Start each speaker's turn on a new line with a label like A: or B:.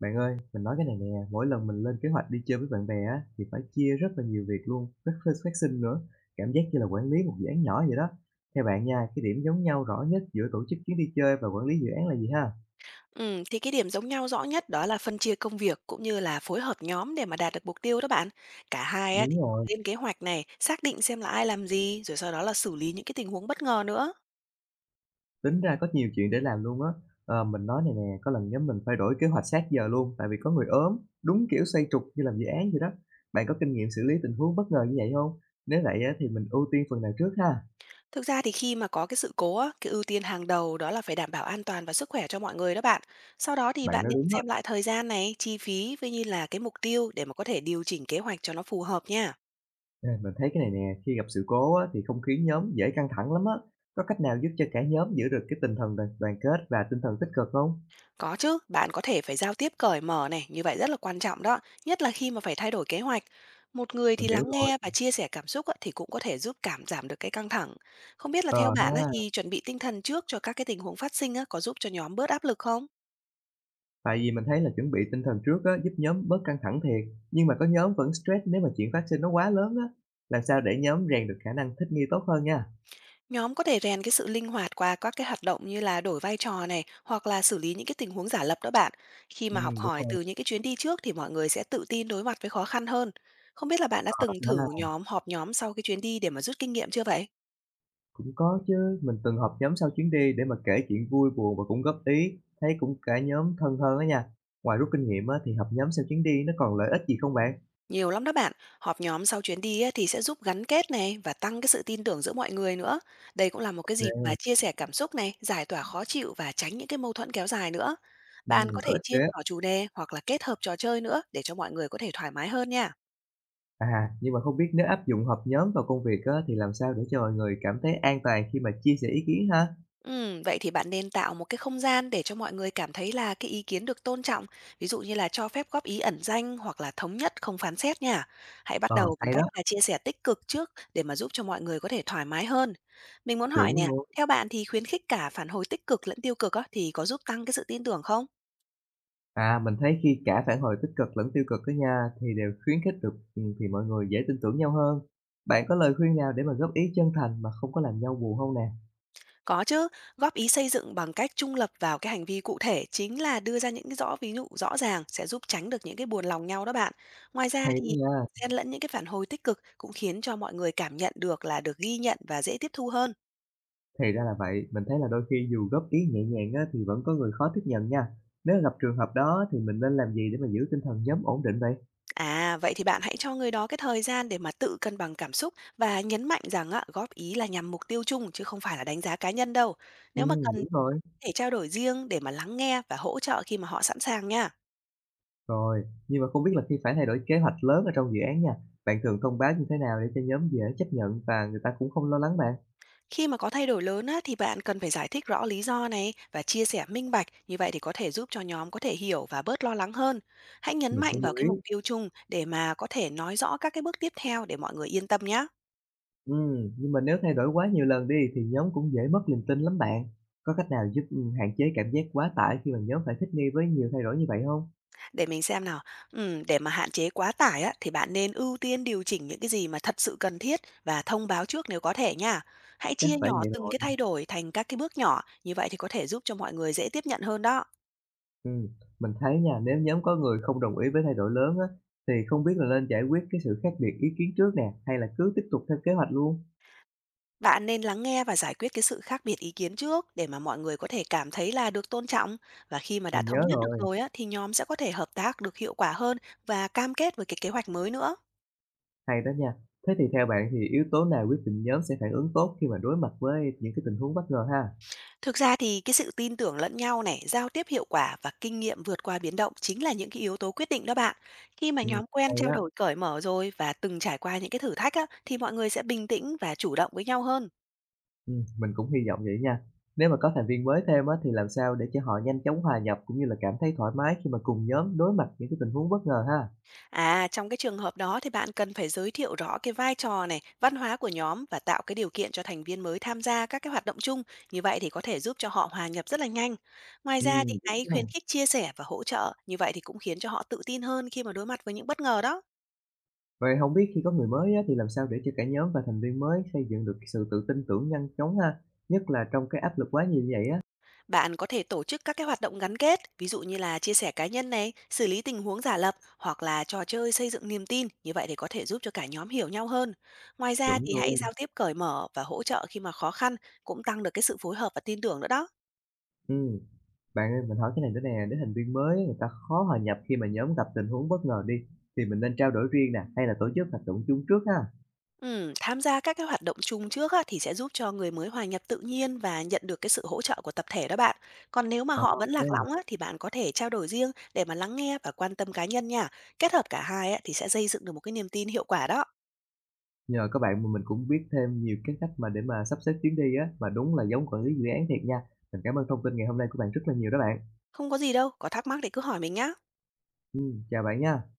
A: Bạn ơi, mình nói cái này nè, mỗi lần mình lên kế hoạch đi chơi với bạn bè á, thì phải chia rất là nhiều việc luôn, rất là phát sinh nữa. Cảm giác như là quản lý một dự án nhỏ vậy đó. Theo bạn nha, cái điểm giống nhau rõ nhất giữa tổ chức chuyến đi chơi và quản lý dự án là gì ha?
B: Thì cái điểm giống nhau rõ nhất đó là phân chia công việc cũng như là phối hợp nhóm để mà đạt được mục tiêu đó bạn. Cả hai á, thì
A: Đúng rồi,
B: lên kế hoạch này, xác định xem là ai làm gì, rồi sau đó là xử lý những cái tình huống bất ngờ nữa.
A: tính ra có nhiều chuyện để làm luôn á. Ờ, mình nói này nè, có lần nhóm mình phải đổi kế hoạch sát giờ luôn, tại vì có người ốm, đúng kiểu xoay trục như làm dự án vậy đó. Bạn có kinh nghiệm xử lý tình huống bất ngờ như vậy không? Nếu vậy á, thì mình ưu tiên phần nào trước ha?
B: Thực ra thì khi mà có cái sự cố á, cái ưu tiên hàng đầu đó là phải đảm bảo an toàn và sức khỏe cho mọi người đó bạn. Sau đó thì
A: Bạn
B: bạn
A: nói
B: nên
A: đúng á.
B: xem lại thời gian này, chi phí với như là cái mục tiêu để mà có thể điều chỉnh kế hoạch cho nó phù hợp nha.
A: À, mình thấy cái này nè, khi gặp sự cố á, thì không khí nhóm dễ căng thẳng lắm á. Có cách nào giúp cho cả nhóm giữ được cái tinh thần đoàn kết và tinh thần tích cực không?
B: Có chứ, bạn có thể phải giao tiếp cởi mở này, như vậy rất là quan trọng đó, nhất là khi mà phải thay đổi kế hoạch. Một người
A: Mình
B: thì
A: hiểu
B: lắng
A: rồi.
B: nghe và chia sẻ cảm xúc á, thì cũng có thể giúp cảm giảm được cái căng thẳng. Không biết là
A: Ờ
B: theo bạn á,
A: ha,
B: thì chuẩn bị tinh thần trước cho các cái tình huống phát sinh á, có giúp cho nhóm bớt áp lực không?
A: tại vì mình thấy là chuẩn bị tinh thần trước á, giúp nhóm bớt căng thẳng thiệt. Nhưng mà có nhóm vẫn stress nếu mà chuyện phát sinh nó quá lớn á. Làm sao để nhóm rèn được khả năng thích nghi tốt hơn nha?
B: Nhóm có thể rèn cái sự linh hoạt qua các cái hoạt động như là đổi vai trò này hoặc là xử lý những cái tình huống giả lập đó bạn. Khi
A: Ừ,
B: mà học
A: đúng
B: hỏi
A: rồi.
B: từ những cái chuyến đi trước thì mọi người sẽ tự tin đối mặt với khó khăn hơn. Không biết là bạn đã
A: Ờ
B: từng thử
A: ha,
B: họp nhóm sau cái chuyến đi để mà rút kinh nghiệm chưa vậy?
A: cũng có chứ. Mình từng họp nhóm sau chuyến đi để mà kể chuyện vui buồn và cũng góp ý. Thấy cũng cả nhóm thân hơn á nha. Ngoài rút kinh nghiệm á, thì họp nhóm sau chuyến đi nó còn lợi ích gì không bạn?
B: Nhiều lắm đó bạn, họp nhóm sau chuyến đi á, thì sẽ giúp gắn kết này và tăng cái sự tin tưởng giữa mọi người nữa. Đây cũng là một cái
A: Ra
B: dịp mà chia sẻ cảm xúc này, giải tỏa khó chịu và tránh những cái mâu thuẫn kéo dài nữa. Bạn có
A: có
B: thể
A: ích
B: chia
A: ghê á.
B: nhỏ chủ đề hoặc là kết hợp trò chơi nữa để cho mọi người có thể thoải mái hơn nha.
A: À, nhưng mà không biết nếu áp dụng họp nhóm vào công việc á, thì làm sao để cho mọi người cảm thấy an toàn khi mà chia sẻ ý kiến ha?
B: Vậy thì bạn nên tạo một cái không gian để cho mọi người cảm thấy là cái ý kiến được tôn trọng, ví dụ như là cho phép góp ý ẩn danh hoặc là thống nhất không phán xét nha. Hãy bắt
A: Ờ,
B: đầu bằng
A: hay đó,
B: cách là chia sẻ tích cực trước để mà giúp cho mọi người có thể thoải mái hơn. Mình muốn hỏi
A: chuẩn
B: nè,
A: luôn.
B: theo bạn thì khuyến khích cả phản hồi tích cực lẫn tiêu cực á, thì có giúp tăng cái sự tin tưởng không?
A: À, mình thấy khi cả phản hồi tích cực lẫn tiêu cực đó nha, thì đều khuyến khích được, thì mọi người dễ tin tưởng nhau hơn. Bạn có lời khuyên nào để mà góp ý chân thành mà không có làm nhau buồn không nè?
B: Có chứ, góp ý xây dựng bằng cách trung lập vào cái hành vi cụ thể chính là đưa ra những cái ví dụ rõ ràng sẽ giúp tránh được những cái buồn lòng nhau đó bạn. Ngoài ra
A: Hay đó
B: thì
A: nha.
B: xen lẫn những cái phản hồi tích cực cũng khiến cho mọi người cảm nhận được là được ghi nhận và dễ tiếp thu hơn.
A: Thì ra là vậy, mình thấy là đôi khi dù góp ý nhẹ nhàng á, thì vẫn có người khó tiếp nhận nha. Nếu gặp trường hợp đó thì mình nên làm gì để mà giữ tinh thần nhóm ổn định vậy?
B: À, vậy thì bạn hãy cho người đó cái thời gian để mà tự cân bằng cảm xúc và nhấn mạnh rằng á, góp ý là nhằm mục tiêu chung chứ không phải là đánh giá cá nhân đâu. Nếu mà cần,
A: Đúng
B: có
A: rồi.
B: thể trao đổi riêng để mà lắng nghe và hỗ trợ khi mà họ sẵn sàng nha.
A: Rồi, nhưng mà không biết là khi phải thay đổi kế hoạch lớn ở trong dự án nha, bạn thường thông báo như thế nào để cho nhóm dễ chấp nhận và người ta cũng không lo lắng bạn?
B: Khi mà có thay đổi lớn á, thì bạn cần phải giải thích rõ lý do này và chia sẻ minh bạch, như vậy thì có thể giúp cho nhóm có thể hiểu và bớt lo lắng hơn. Hãy nhấn
A: Mình sẽ
B: mạnh vào
A: lưu
B: cái
A: ý.
B: mục tiêu chung để mà có thể nói rõ các cái bước tiếp theo để mọi người yên tâm nhé.
A: Ừ, nhưng mà nếu thay đổi quá nhiều lần đi thì nhóm cũng dễ mất niềm tin lắm bạn. Có cách nào giúp, hạn chế cảm giác quá tải khi mà nhóm phải thích nghi với nhiều thay đổi như vậy không?
B: Để mình xem nào. Để mà hạn chế quá tải á, thì bạn nên ưu tiên điều chỉnh những cái gì mà thật sự cần thiết và thông báo trước nếu có thể nha. Hãy
A: Chắc
B: chia
A: phải
B: nhỏ
A: vậy
B: từng
A: rồi.
B: cái thay đổi thành các cái bước nhỏ, như vậy thì có thể giúp cho mọi người dễ tiếp nhận hơn đó.
A: Ừ, mình thấy nha, nếu nhóm có người không đồng ý với thay đổi lớn á, thì không biết là nên giải quyết cái sự khác biệt ý kiến trước nè, hay là cứ tiếp tục theo kế hoạch luôn?
B: Bạn nên lắng nghe và giải quyết cái sự khác biệt ý kiến trước để mà mọi người có thể cảm thấy là được tôn trọng, và khi mà đã
A: Mình nhớ
B: thống nhất được
A: rồi.
B: rồi á thì nhóm sẽ có thể hợp tác được hiệu quả hơn và cam kết với cái kế hoạch mới nữa.
A: Hay đó nha. Thế thì theo bạn thì yếu tố nào quyết định nhóm sẽ phản ứng tốt khi mà đối mặt với những cái tình huống bất ngờ ha?
B: Thực ra thì cái sự tin tưởng lẫn nhau này, giao tiếp hiệu quả và kinh nghiệm vượt qua biến động chính là những cái yếu tố quyết định đó bạn. Khi mà
A: Ừm,
B: nhóm quen
A: hay
B: trao
A: á,
B: đổi cởi mở rồi và từng trải qua những cái thử thách á thì mọi người sẽ bình tĩnh và chủ động với nhau hơn.
A: mình cũng hy vọng vậy nha. Nếu mà có thành viên mới thêm á, thì làm sao để cho họ nhanh chóng hòa nhập cũng như là cảm thấy thoải mái khi mà cùng nhóm đối mặt những cái tình huống bất ngờ ha?
B: À, trong cái trường hợp đó thì bạn cần phải giới thiệu rõ cái vai trò này, văn hóa của nhóm và tạo cái điều kiện cho thành viên mới tham gia các cái hoạt động chung. Như vậy thì có thể giúp cho họ hòa nhập rất là nhanh. Ngoài ra thì
A: Đúng
B: hãy
A: ha.
B: khuyến khích chia sẻ và hỗ trợ. Như vậy thì cũng khiến cho họ tự tin hơn khi mà đối mặt với những bất ngờ đó.
A: Vậy không biết khi có người mới á, thì làm sao để cho cả nhóm và thành viên mới xây dựng được cái sự tự tin tưởng nhanh chóng ha? Nhất là trong cái áp lực quá nhiều như vậy á.
B: Bạn có thể tổ chức các cái hoạt động gắn kết, ví dụ như là chia sẻ cá nhân này, xử lý tình huống giả lập hoặc là trò chơi xây dựng niềm tin, như vậy thì có thể giúp cho cả nhóm hiểu nhau hơn. Ngoài ra
A: Chuẩn
B: thì hãy
A: luôn.
B: giao tiếp cởi mở và hỗ trợ khi mà khó khăn, cũng tăng được cái sự phối hợp và tin tưởng nữa đó.
A: Ừm, bạn ơi, mình hỏi cái này nữa nè, để thành viên mới người ta khó hòa nhập khi mà nhóm gặp tình huống bất ngờ đi, thì mình nên trao đổi riêng nè, hay là tổ chức hoạt động chung trước ha?
B: Ừ, tham gia các cái hoạt động chung trước á, thì sẽ giúp cho người mới hòa nhập tự nhiên và nhận được cái sự hỗ trợ của tập thể đó bạn. Còn nếu mà
A: Ờ,
B: họ vẫn
A: OK,
B: lạc lõng á, thì bạn có thể trao đổi riêng để mà lắng nghe và quan tâm cá nhân nha. Kết hợp cả hai á, thì sẽ xây dựng được một cái niềm tin hiệu quả đó.
A: nhờ các bạn mà mình cũng biết thêm nhiều cái cách mà để mà sắp xếp chuyến đi á, mà đúng là giống quản lý dự án thiệt nha. Mình cảm ơn thông tin ngày hôm nay của bạn rất là nhiều đó bạn.
B: Không có gì đâu, có thắc mắc thì cứ hỏi mình nhá.
A: Ừ, chào bạn nha.